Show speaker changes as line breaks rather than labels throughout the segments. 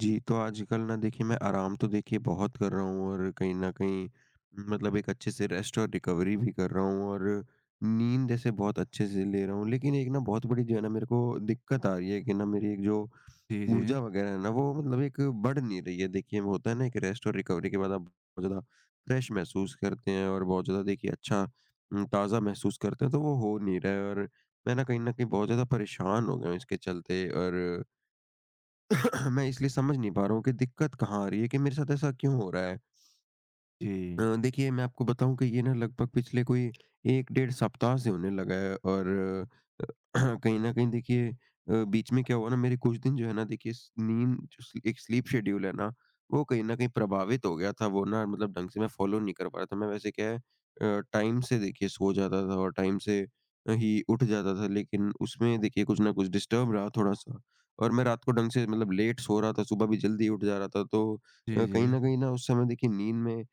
जी, तो आजकल ना देखिए मैं आराम तो देखिए बहुत कर रहा हूँ और कहीं न कहीं मतलब एक अच्छे से रेस्ट और रिकवरी भी कर रहा हूँ और नींद ऐसे बहुत अच्छे से ले रहा हूँ। लेकिन एक ना बहुत बड़ी जो है ना मेरे को दिक्कत आ रही है कि ना मेरी एक जो
जी, जी।
ऊर्जा वग़ैरह है ना वो मतलब एक बढ़ नहीं रही है। देखिए वो होता है ना, एक रेस्ट और रिकवरी के बाद आप बहुत ज़्यादा फ्रेश महसूस करते हैं और बहुत ज़्यादा देखिए अच्छा, ताज़ा महसूस करते हैं, तो वो हो नहीं रहा है। और मैं ना कहीं न कहीं बहुत ज़्यादा परेशान हो गया हूँ इसके चलते। और मैं इसलिए समझ नहीं पा रहा हूँ कि दिक्कत कहाँ आ रही है, कि मेरे साथ ऐसा क्यों हो रहा है?
जी।
देखिए, मैं आपको बताऊँ कि ये ना लगभग पिछले कोई 1 डेढ़ सप्ताह से होने लगा है। और अ, कहीं न कहीं देखिए बीच में क्या हुआ ना, मेरे कुछ दिन जो है ना, देखिए स नींद जो स्ली एक स्लीप शेड्यूल है ना, वो कहीं न कहीं प्रभावित हो गया था। वो ना मतलब ढंग से मैं फ़ॉलो नहीं कर पा रहा था। मैं वैसे क्या है, टाइम से देखिए सो जाता था और टाइम से ही उठ जाता था, लेकिन उसमें देखिए कुछ न कुछ डिस्टर्ब रहा थोड़ा-सा। और मैं रात को ढंग से मतलब लेट सो रहा था, सुबह भी जल्दी उठ जा रहा था। तो
जी,
कहीं न
जी।
कहीं ना उस समय देखिए नींद में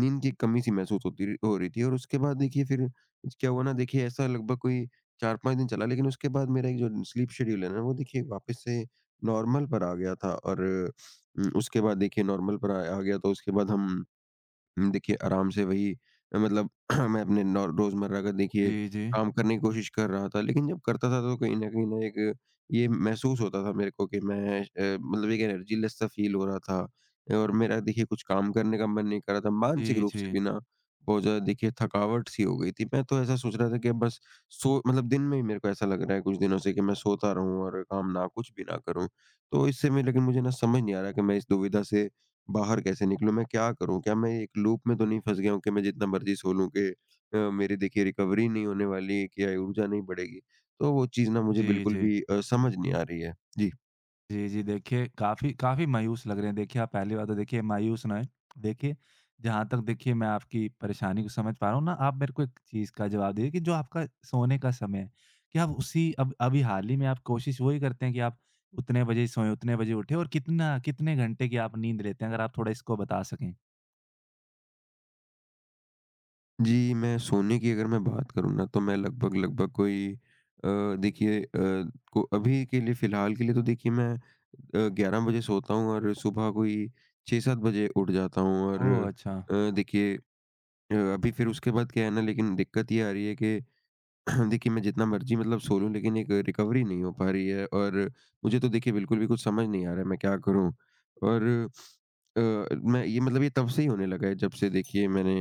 नींद की कमी-सी महसूस होती रही, हो रही थी। और उसके बाद देखिए फिर क्या हुआ ना देखिए, ऐसा लगभग कोई 4-5 दिन चला। लेकिन उसके बाद मेरा एक जो स्लीप शेड्यूल है ना, वो देखिए वापस से नॉर्मल पर आ गया था। और उसके बाद देखिए नॉर्मल पर आ आ गया, तो उसके बाद देखिए आराम से वही, मतलब मैं अपने नौ रोज़मर्रा का देखिए
जी, जी।
काम करने की कोशिश कर रहा था। लेकिन जब करता था तो कहीं न एक ये महसूस होता था मेरे को कि मैं, मतलब एक एनर्जीलेस सा फ़ील हो रहा था, और मेरा देखिए कुछ काम करने का मन नहीं कर रहा था। मानसिक
जी,
रूप से
जी।
भी ना बहुत ज़्यादा देखिए थकावट सी हो गई थी। मैं तो ऐसा सोच रहा था कि अब बस मतलब दिन में ही मेरे को ऐसा लग रहा है कुछ दिनों से, कि मैं सोता रहूँ और काम ना कुछ भी ना करूँ। तो इससे मैं लेकिन मुझे ना समझ नहीं आ रहा कि मैं इस दुविधा से बाहर कैसे निकलूँ? मैं क्या करूँ? क्या मैं एक लूप में तो नहीं फँस गया हूँ कि मैं जितना मर्ज़ी सो लूँ, कि मेरी देखिए रिकवरी नहीं होने वाली है, कि या ऊर्जा नहीं बढ़ेगी। तो वो चीज़ ना मुझे
जी,
बिल्कुल
जी।
भी समझ नहीं आ रही है। जी।
जी, जी। देखिए, काफ़ी काफ़ी मायूस लग रहे हैं। देखिए, आप पहली बात तो देखिए मायूस ना होएँ। देखिए, जहाँ तक देखिए मैं आपकी परेशानी को समझ पा रहा हूँ ना, आप मेरे को एक चीज़ का जवाब दीजिए कि जो आपका सोने का समय है, क्या आप उसी अब अभी हाल ही में आप कोशिश वही करते हैं कि आप उतने बजे सोएँ, उतने बजे उठें और कितना कितने घंटे की आप नींद लेते हैं? अगर आप थोड़ा इसको बता सकें।
जी, मैं सोने की अगर मैं बात करूँ ना, तो मैं लगभग-लगभग कोई अ, देखिए को अभी के लिए, फ़िलहाल के लिए तो देखिए मैं 11 बजे सोता हूँ और सुबह कोई 6-7 बजे उठ जाता हूँ। और
ओह! अच्छा।
देखिए अभी फिर उसके बाद क्या है ना, लेकिन दिक्कत ये आ रही है कि देखिए, मैं जितना मर्ज़ी मतलब सो लूँ, लेकिन एक रिकवरी नहीं हो पा रही है। और मुझे तो देखिए बिल्कुल भी कुछ समझ नहीं आ रहा है, मैं क्या करूँ? और अ, मैं ये, मतलब ये तब से ही होने लगा है जब से देखिए मैंने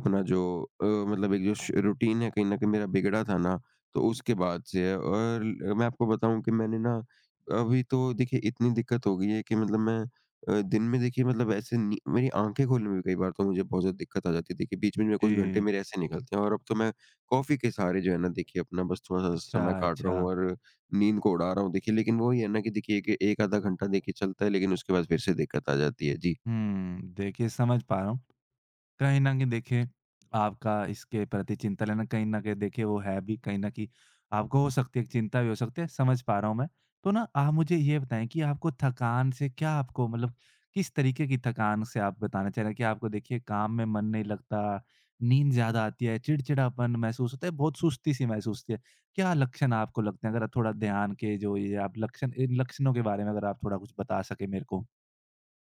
अपना जो मतलब एक जो श रूटीन है कहीं न कहीं मेरा बिगड़ा था ना, तो उसके बाद से है। और मैं आपको बताऊँ कि मैंने ना अभी तो देखिए इतनी दिक्कत हो गई है कि, मतलब मैं दिन में देखिए, मतलब ऐसे नी मेरी आँखें खोलने में भी कई बार तो मुझे बहुत ज़्यादा दिक्कत आ जाती है। देखिए, बीच-बीच में कुछ घंटे
जी।
मेरे ऐसे निकलते हैं, और अब तो मैं कॉफ़ी के सहारे जो है ना देखिए अपना बस थोड़ा-सा
अच्छा,
समय काट रहा हूँ
अच्छा।
और नींद को उड़ा रहा हूँ देखिए। लेकिन वही है ना कि देखिए एक एक आधा घंटा देखिए चलता है, लेकिन उसके बाद फिर से दिक्कत आ जाती है। जी।
हुँ, देखिए समझ पा रहा हूँ। कहीं न कहीं देखिए, आपका इसके प्रति चिंता लेना कहीं न कहीं देखिए वो है भी कहीं न कहीं आपको हो सकती है, एक चिंता भी हो सकती है, समझ पा रहा हूँ मैं। तो ना आप मुझे ये बताएँ कि आपको थकान से क्या आपको मतलब किस तरीके की थकान से आप बताना चाह रहे हैं कि आपको देखिए काम में मन नहीं लगता, नींद ज़्यादा आती है, चिड़चिड़ापन महसूस होता है, बहुत सुस्ती-सी महसूस होती है? क्या लक्षण आपको लगते हैं? अगर आप थोड़ा ध्यान के जो ये आप लक्षण इन लक्षणों के बारे में अगर आप थोड़ा कुछ बता सकें मेरे को।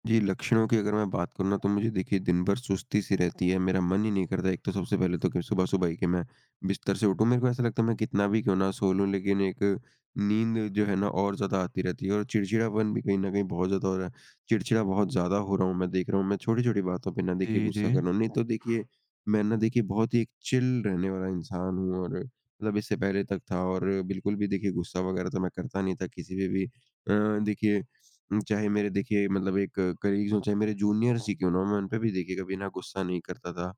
जी, लक्षणों की अगर मैं बात करूँ ना, तो मुझे देखिए दिन भर सुस्ती सी रहती है। मेरा मन ही नहीं करता, एक तो सबसे पहले तो, कि सुबह-सुबह ही कि मैं बिस्तर से उठूँ। मेरे को ऐसा लगता है मैं कितना भी क्यों ना सो लूँ, लेकिन एक नींद जो है ना और ज़्यादा आती रहती है, और चिड़चिड़ापन भी कहीं न कहीं बहुत ज़्यादा हो रहा है। चिड़चिड़ा बहुत ज़्यादा हो रहा हूँ, मैं देख रहा हूँ, मैं छोटी-छोटी बातों पे ना देखिए
जी, जी।
गुस्सा कर रहा हूँ, नहीं तो देखिए मैं ना देखिए बहुत ही एक चिल रहने वाला इंसान हूँ और, मतलब इससे पहले तक था, और बिल्कुल भी देखिए गुस्सा वगैरह तो मैं करता नहीं था किसी पे भी। देखिए चाहे मेरे देखिए, मतलब एक कलीग्स हों, चाहे मेरे जूनियर्स ही क्यों ना हों, मैं उन पे भी देखिए कभी ना गुस्सा नहीं करता था।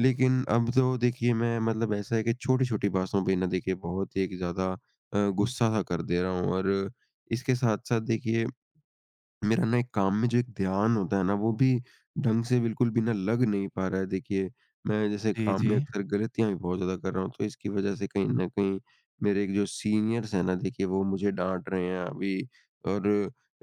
लेकिन अब तो देखिए मैं, मतलब ऐसा है कि छोटी-छोटी बातों पे ना देखिए बहुत ही एक ज़्यादा गुस्सा-सा कर दे रहा हूँ। और इसके साथ-साथ देखिए मेरा ना एक काम में जो एक ध्यान होता है ना, वो भी ढंग से बिल्कुल भी ना लग नहीं पा रहा है। देखिए, मैं जैसे
जी,
काम में
जी।
अक्सर गलतियाँ भी बहुत ज़्यादा कर रहा हूँ, तो इसकी वज़ह से कहीं न कहीं मेरे एक जो सीनियर्स हैं ना, देखिए वो मुझे डाँट रहे हैं अभी। और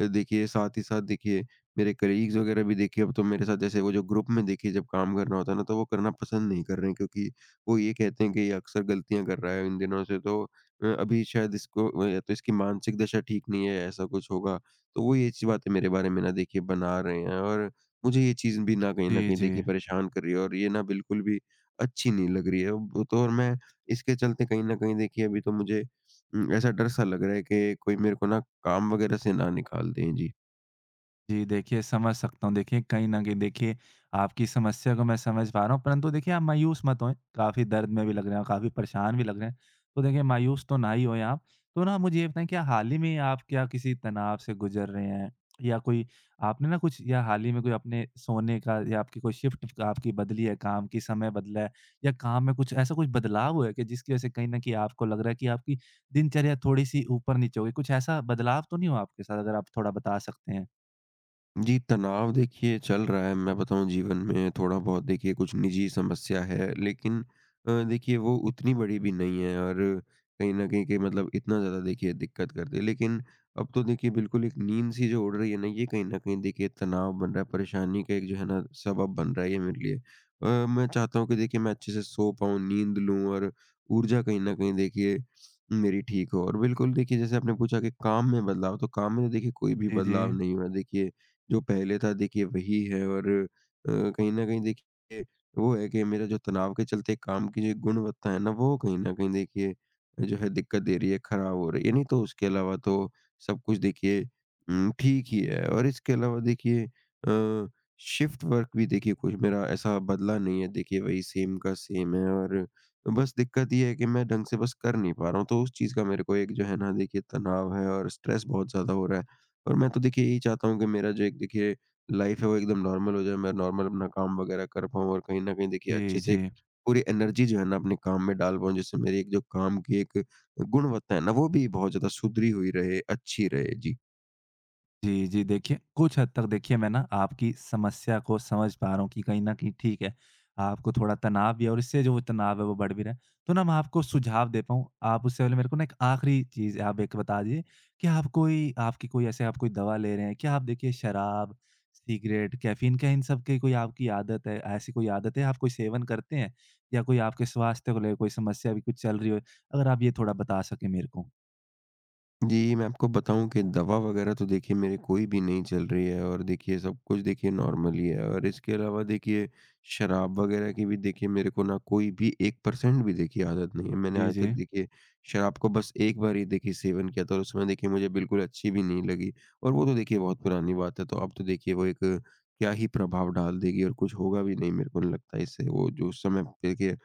देखिए साथ ही साथ देखिए मेरे कलीग्स वग़ैरह भी देखिए अब तो मेरे साथ, जैसे वो जो ग्रुप में देखिए जब काम करना होता है ना, तो वो करना पसंद नहीं कर रहे हैं, क्योंकि वो ये कहते हैं कि ये अक्सर गलतियाँ कर रहा है इन दिनों से, तो अभी शायद इसको, या तो इसकी मानसिक दशा ठीक नहीं है, ऐसा कुछ होगा। तो वो ये चीज़ बातें मेरे बारे में ना देखिए बना रहे हैं, और मुझे ये चीज़ भी ना कहीं न
जी,
कहीं
जी।
देखिए परेशान कर रही है, और ये ना बिल्कुल भी अच्छी नहीं लग रही है। अब तो और मैं इसके चलते कहीं न कहीं देखिए अभी तो मुझे ऐसा डर-सा लग रहा है कि कोई मेरे को ना काम वगैरह से ना निकाल दें। जी।
जी, देखिए समझ सकता हूँ। देखिए कहीं न कहीं देखिए आपकी समस्या को मैं समझ पा रहा हूँ, परंतु देखिए आप मायूस मत होएँ। काफ़ी दर्द में भी लग रहे हैं, काफ़ी परेशान भी लग रहे हैं। तो देखिए मायूस तो ना ही होएँ आप। तो ना मुझे ये बताएँ, क्या हाल ही में आप क्या किसी तनाव से गुज़र रहे हैं? या कोई आपने ना कुछ या हाल ही में कोई अपने सोने का या आपकी कोई शिफ्ट आपकी बदली है, काम की समय बदला है? या काम में कुछ ऐसा कुछ बदलाव हुआ है कि जिसकी वज़ह से कहीं न कहीं आपको लग रहा है कि आपकी दिनचर्या थोड़ी-सी ऊपर-नीचे हो गई? कुछ ऐसा बदलाव तो नहीं हुआ आपके साथ? अगर आप थोड़ा बता सकते हैं।
जी, तनाव देखिए चल रहा है। मैं बताऊँ, जीवन में थोड़ा बहुत देखिए कुछ निजी समस्या है, लेकिन देखिए वो उतनी बड़ी भी नहीं है, और कहीं न कहीं के, मतलब इतना ज़्यादा देखिए दिक्कत करती है। लेकिन अब तो देखिए बिल्कुल एक नींद-सी जो उड़ रही है ना, ये कहीं न कहीं देखिए तनाव बन रहा है, परेशानी का एक जो है ना सबब बन रहा है ये मेरे लिए। मैं चाहता हूँ कि देखिए मैं अच्छे से सो पाऊँ, नींद लूँ, और ऊर्जा कहीं न कहीं देखिए मेरी ठीक हो। और बिल्कुल देखिए, जैसे आपने पूछा कि काम में बदलाव, तो काम में तो देखिए कोई भी
जी, जी।
बदलाव नहीं हुआ है। देखिए जो पहले था देखिए वही है, और कहीं न कहीं देखिए वो है कि मेरा जो तनाव के चलते काम की जो गुणवत्ता है ना, वो कहीं न कहीं देखिए जो है दिक्कत दे रही है, खराब हो रही है। नहीं तो उसके अलावा तो सब कुछ देखिए ठीक ही है। और इसके अलावा देखिए शिफ्ट वर्क भी देखिए कुछ मेरा ऐसा बदला नहीं है, देखिए वही सेम का सेम है, और बस दिक्कत ये है कि मैं ढंग से बस कर नहीं पा रहा हूँ। तो उस चीज़ का मेरे को एक जो है ना देखिए तनाव है, और स्ट्रेस बहुत ज़्यादा हो रहा है। और मैं तो देखिए यही चाहता हूँ कि मेरा जो एक देखिए लाइफ है वो एकदम नॉर्मल हो जाए, मैं नॉर्मल अपना काम वगैरह कर पाऊँ, और कहीं न कहीं देखिए
जी,
अच्छे से एक
जी।
पूरी एनर्जी जो है ना अपने काम में डाल पाऊँ, जिससे मेरी एक जो काम की एक गुणवत्ता है ना, वो भी बहुत ज़्यादा सुधरी हुई रहे, अच्छी रहे। जी।
जी, जी, देखिए, कुछ हद तक देखिए मैं ना आपकी समस्या को समझ पा रहा हूँ कि कहीं न कहीं ठीक है, आपको थोड़ा तनाव भी है और इससे जो वो तनाव है वो बढ़ भी रहा है। तो ना मैं आपको सुझाव दे पाऊँ, आप उससे पहले मेरे को ना एक आखिरी चीज़ आप एक बता दीजिए कि आप कोई आपकी कोई ऐसे आप कोई दवा ले रहे हैं? क्या आप देखिए शराब, सिगरेट, कैफ़ीन, क्या इन सब की कोई आपकी आदत है? ऐसी कोई आदत है, आप कोई सेवन करते हैं? या कोई आपके स्वास्थ्य को लेकर कोई समस्या भी कुछ चल रही हो? अगर आप ये थोड़ा बता सकें मेरे को।
जी, मैं आपको बताऊँ कि दवा वगैरह तो देखिए मेरी कोई भी नहीं चल रही है, और देखिए सब कुछ देखिए नॉर्मल ही है, और इसके अलावा देखिए शराब वगैरह की भी देखिए मेरे को ना कोई भी 1% भी देखिए आदत नहीं है। मैंने
जी,
आज तक
जी।
देखिए शराब को बस एक बार ही देखिए सेवन किया था, और उसमें देखिए मुझे बिल्कुल अच्छी भी नहीं लगी, और वो तो देखिए बहुत पुरानी बात है। तो अब तो देखिए वो एक क्या ही प्रभाव डाल देगी, और कुछ होगा भी नहीं, मेरे को नहीं लगता इससे। वो जो उस समय देखिए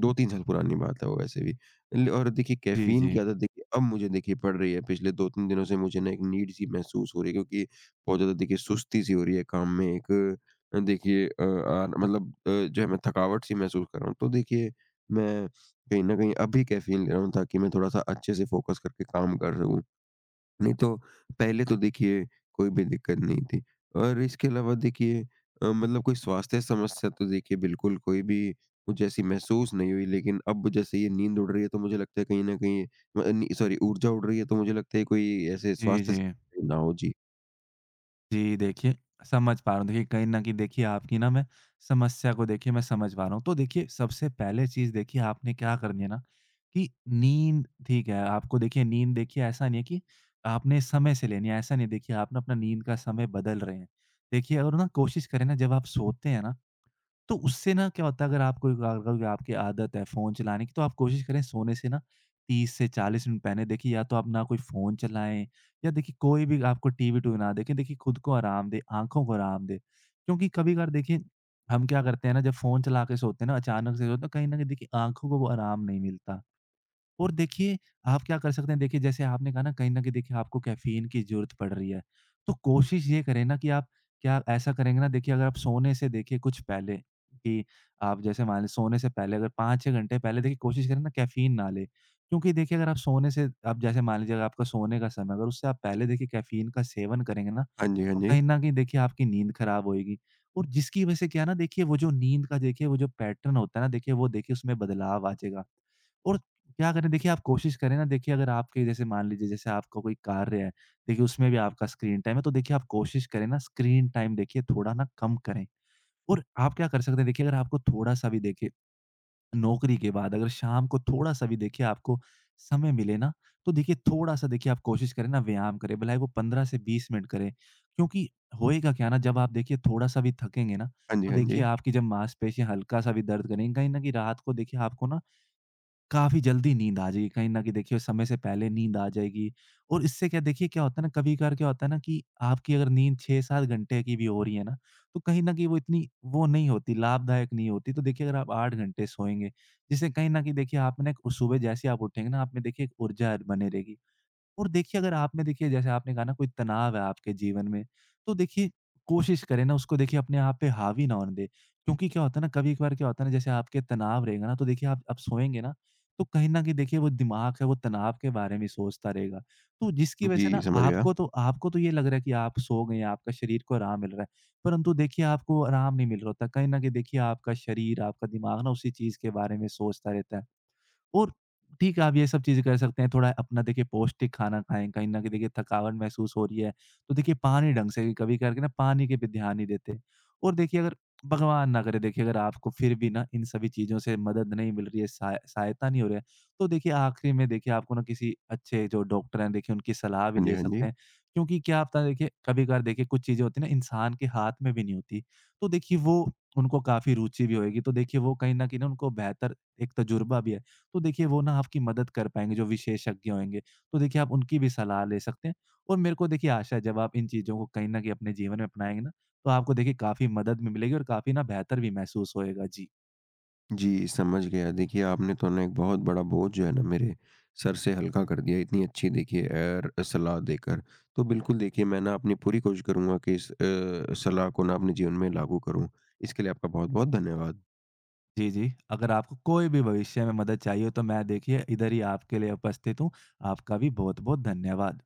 2-3 साल पुरानी बात है वो, वैसे भी। ल और देखिए
जी,
कैफ़ीन की
जी।
आदत देखिए अब मुझे देखिए पड़ रही है पिछले 2-3 दिनों से, मुझे ना एक नीड सी महसूस हो रही है, क्योंकि बहुत ज़्यादा देखिए सुस्ती सी हो रही है काम में एक, देखिए आ मतलब जो है मैं थकावट सी महसूस कर रहा हूँ। तो देखिए मैं कहीं न कहीं अभी कैफ़ीन ले रहा हूँ ताकि मैं थोड़ा-सा अच्छे से फ़ोकस करके काम कर सकूँ। नहीं तो पहले तो देखिए कोई भी दिक्कत नहीं थी, और इसके अलावा देखिए मतलब कोई स्वास्थ्य समस्या तो देखिए बिल्कुल कोई भी मुझे ऐसी महसूस नहीं हुई, लेकिन अब जैसे ये नींद उड़ रही है, तो मुझे लगता है कहीं ना कहीं, सॉरी, ऊर्जा उड़ रही है, तो मुझे लगता है कोई ऐसे
जी,
स्वास्थ्य
जी।
समस्या ना हो। जी।
जी, देखिए समझ पा रहा हूँ। देखिए कहीं न कहीं देखिए आपकी ना मैं समस्या को देखिए मैं समझ पा रहा हूँ। तो देखिए सबसे पहले चीज़ देखिए आपने क्या करनी है ना कि नींद ठीक है, आपको देखिए नींद देखिए ऐसा नहीं है कि आपने समय से लेनी है, ऐसा नहीं है देखिए आप ना अपना नींद का समय बदल रहे हैं। देखिए और ना कोशिश करें ना जब आप सोते हैं ना तो उससे ना क्या होता है, अगर आपको अगर कोई आपकी आदत है फ़ोन चलाने की तो आप कोशिश करें सोने से ना 30 से 40 मिनट पहले देखिए या तो आप ना कोई फ़ोन चलाएँ या देखिए कोई भी आपको टीवी-टूवी ना देखें। देखिए खुद को आराम दें, आँखों को आराम दें। क्योंकि कभी-कभार देखिए हम क्या करते हैं ना जब फ़ोन चला के सोते हैं ना, अचानक से सोते हैं तो कहीं न कहीं देखिए आँखों को वो आराम नहीं मिलता। और देखिए, आप क्या कर सकते हैं, देखिए जैसे आपने कहा ना कहीं न कहीं देखिए आपको कैफ़ीन की ज़रूरत पड़ रही है, तो कोशिश ये करें ना कि आप क्या ऐसा करेंगे ना देखिए अगर आप सोने से देखिए कुछ पहले कि आप जैसे मान लें सोने से पहले अगर 5-6 घंटे पहले देखिए कोशिश करें ना कैफ़ीन ना लें। क्योंकि देखिए अगर आप सोने से आप जैसे मान लीजिए अगर आपका सोने का समय है, अगर उससे आप पहले देखिए कैफ़ीन का सेवन करेंगे ना,
हाँ जी, हाँ
तो
जी।
कहीं न कहीं देखिए आपकी नींद खराब होएगी और जिसकी वजह से क्या है ना देखिए वो जो नींद का देखिए वो जो पैटर्न होता है ना देखिए वो देखिए उसमें बदलाव आ जाएगा। और क्या करें देखिए आप कोशिश करें ना, देखिए अगर आपके जैसे मान लीजिए जैसे आपका कोई कार्य है देखिए उसमें भी आपका स्क्रीन टाइम है तो देखिए आप कोशिश करें ना, स्क्रीन टाइम देखिए थोड़ा ना कम करें। और आप क्या कर सकते हैं, देखिए अगर आपको थोड़ा-सा भी देखिए नौकरी के बाद अगर शाम को थोड़ा-सा भी देखिए आपको समय मिले ना, तो देखिए थोड़ा-सा देखिए आप कोशिश करें ना व्यायाम करें, भले वो 15 से 20 मिनट करें। क्योंकि होएगा क्या ना जब आप देखिए थोड़ा-सा भी थकेंगे ना,
हाँ जी,
तो
हाँ
देखिए
जी।
आपकी जब मांसपेशियाँ हल्का-सा भी दर्द करेंगी, कहीं न कहीं रात को देखिए आपको ना काफ़ी जल्दी नींद आ जाएगी, कहीं न कहीं देखिए समय से पहले नींद आ जाएगी और इससे क्या देखिए क्या होता है ना, कभी-कभार क्या होता है ना कि आपकी अगर नींद 6-7 घंटे की भी हो रही है ना, तो कहीं न कहीं वो इतनी वो नहीं होती, लाभदायक नहीं होती। तो देखिए अगर आप 8 घंटे सोएँगे, जिससे कहीं न कहीं देखिए आप में ना एक उस सुबह जैसे ही आप उठेंगे ना, आप में देखिए एक ऊर्जा बनी रहेगी। और देखिए अगर आप में देखिए जैसे आपने कहा ना कोई तनाव है आपके जीवन में, तो देखिए कोशिश करें ना उसको देखिए अपने आप पे हावी ना होने दें। क्योंकि क्या होता है ना कभी-कभार क्या होता है ना जैसे आपके तनाव रहेगा ना तो देखिए आप सोएँगे ना, तो कहीं न कहीं देखिए वो दिमाग है वो तनाव के बारे में सोचता रहेगा। तो जिसकी वजह
जी,
से ना
समझ गया।
आपको तो ये लग रहा है कि आप सो गए हैं, आपका शरीर को आराम मिल रहा है। परंतु देखिए आपको आराम नहीं मिल रहा होता। कहीं न कहीं देखिए आपका शरीर, आपका दिमाग ना उसी चीज़ के बारे में सोचता रहता है। और ठीक है, आप ये सब चीज़ें कर सकते हैं। थोड़ा अपना देखिए पौष्टिक खाना खाएँ, कहीं न कहीं देखिए थकावट महसूस हो रही है, तो देखिए पानी ढंग से कभी करके ना पानी के भी ध्यान नहीं देते। और देखिए अगर भगवान ना करे, देखिए अगर आपको फिर भी ना इन सभी चीज़ों से मदद नहीं मिल रही है, सहायता नहीं हो रहा है, तो देखिए आखिरी में देखिए आपको ना किसी अच्छे जो डॉक्टर हैं देखिए उनकी सलाह भी
हाँ जी,
ले
हाँ
सकते
जी।
हैं। क्योंकि क्या पता देखिए कभी-कभार देखिए कुछ चीज़ें होती हैं ना इंसान के हाथ में भी नहीं होती, तो देखिए वो उनको काफ़ी रुचि भी होएगी, तो देखिए वो कहीं न कहीं ना उनको बेहतर एक तजुर्बा भी है। तो देखिए वो ना आपकी मदद कर पाएँगे जो विशेषज्ञ होंगे। तो देखिए आप उनकी भी सलाह ले सकते हैं और मेरे को देखिए आशा है जब आप इन चीज़ों को कहीं न कहीं अपने जीवन में अपनाएँगे ना, तो आपको देखिए काफ़ी मदद भी मिलेगी और काफ़ी ना बेहतर भी महसूस होएगा। जी।
जी, समझ गया। देखिए, आपने तो ना एक बहुत बड़ा बोझ जो है ना मेरे सर से हल्का कर दिया, इतनी अच्छी देखिए एयर सलाह देकर। तो बिल्कुल देखिए, मैं ना अपनी पूरी कोशिश करूँगा कि इस सलाह को ना अपने जीवन में लागू करूँ। इसके लिए आपका बहुत-बहुत धन्यवाद।
जी, जी। अगर आपको कोई भी भविष्य में मदद चाहिए हो तो मैं देखिए इधर ही आपके लिए उपस्थित हूँ। आपका भी बहुत-बहुत धन्यवाद।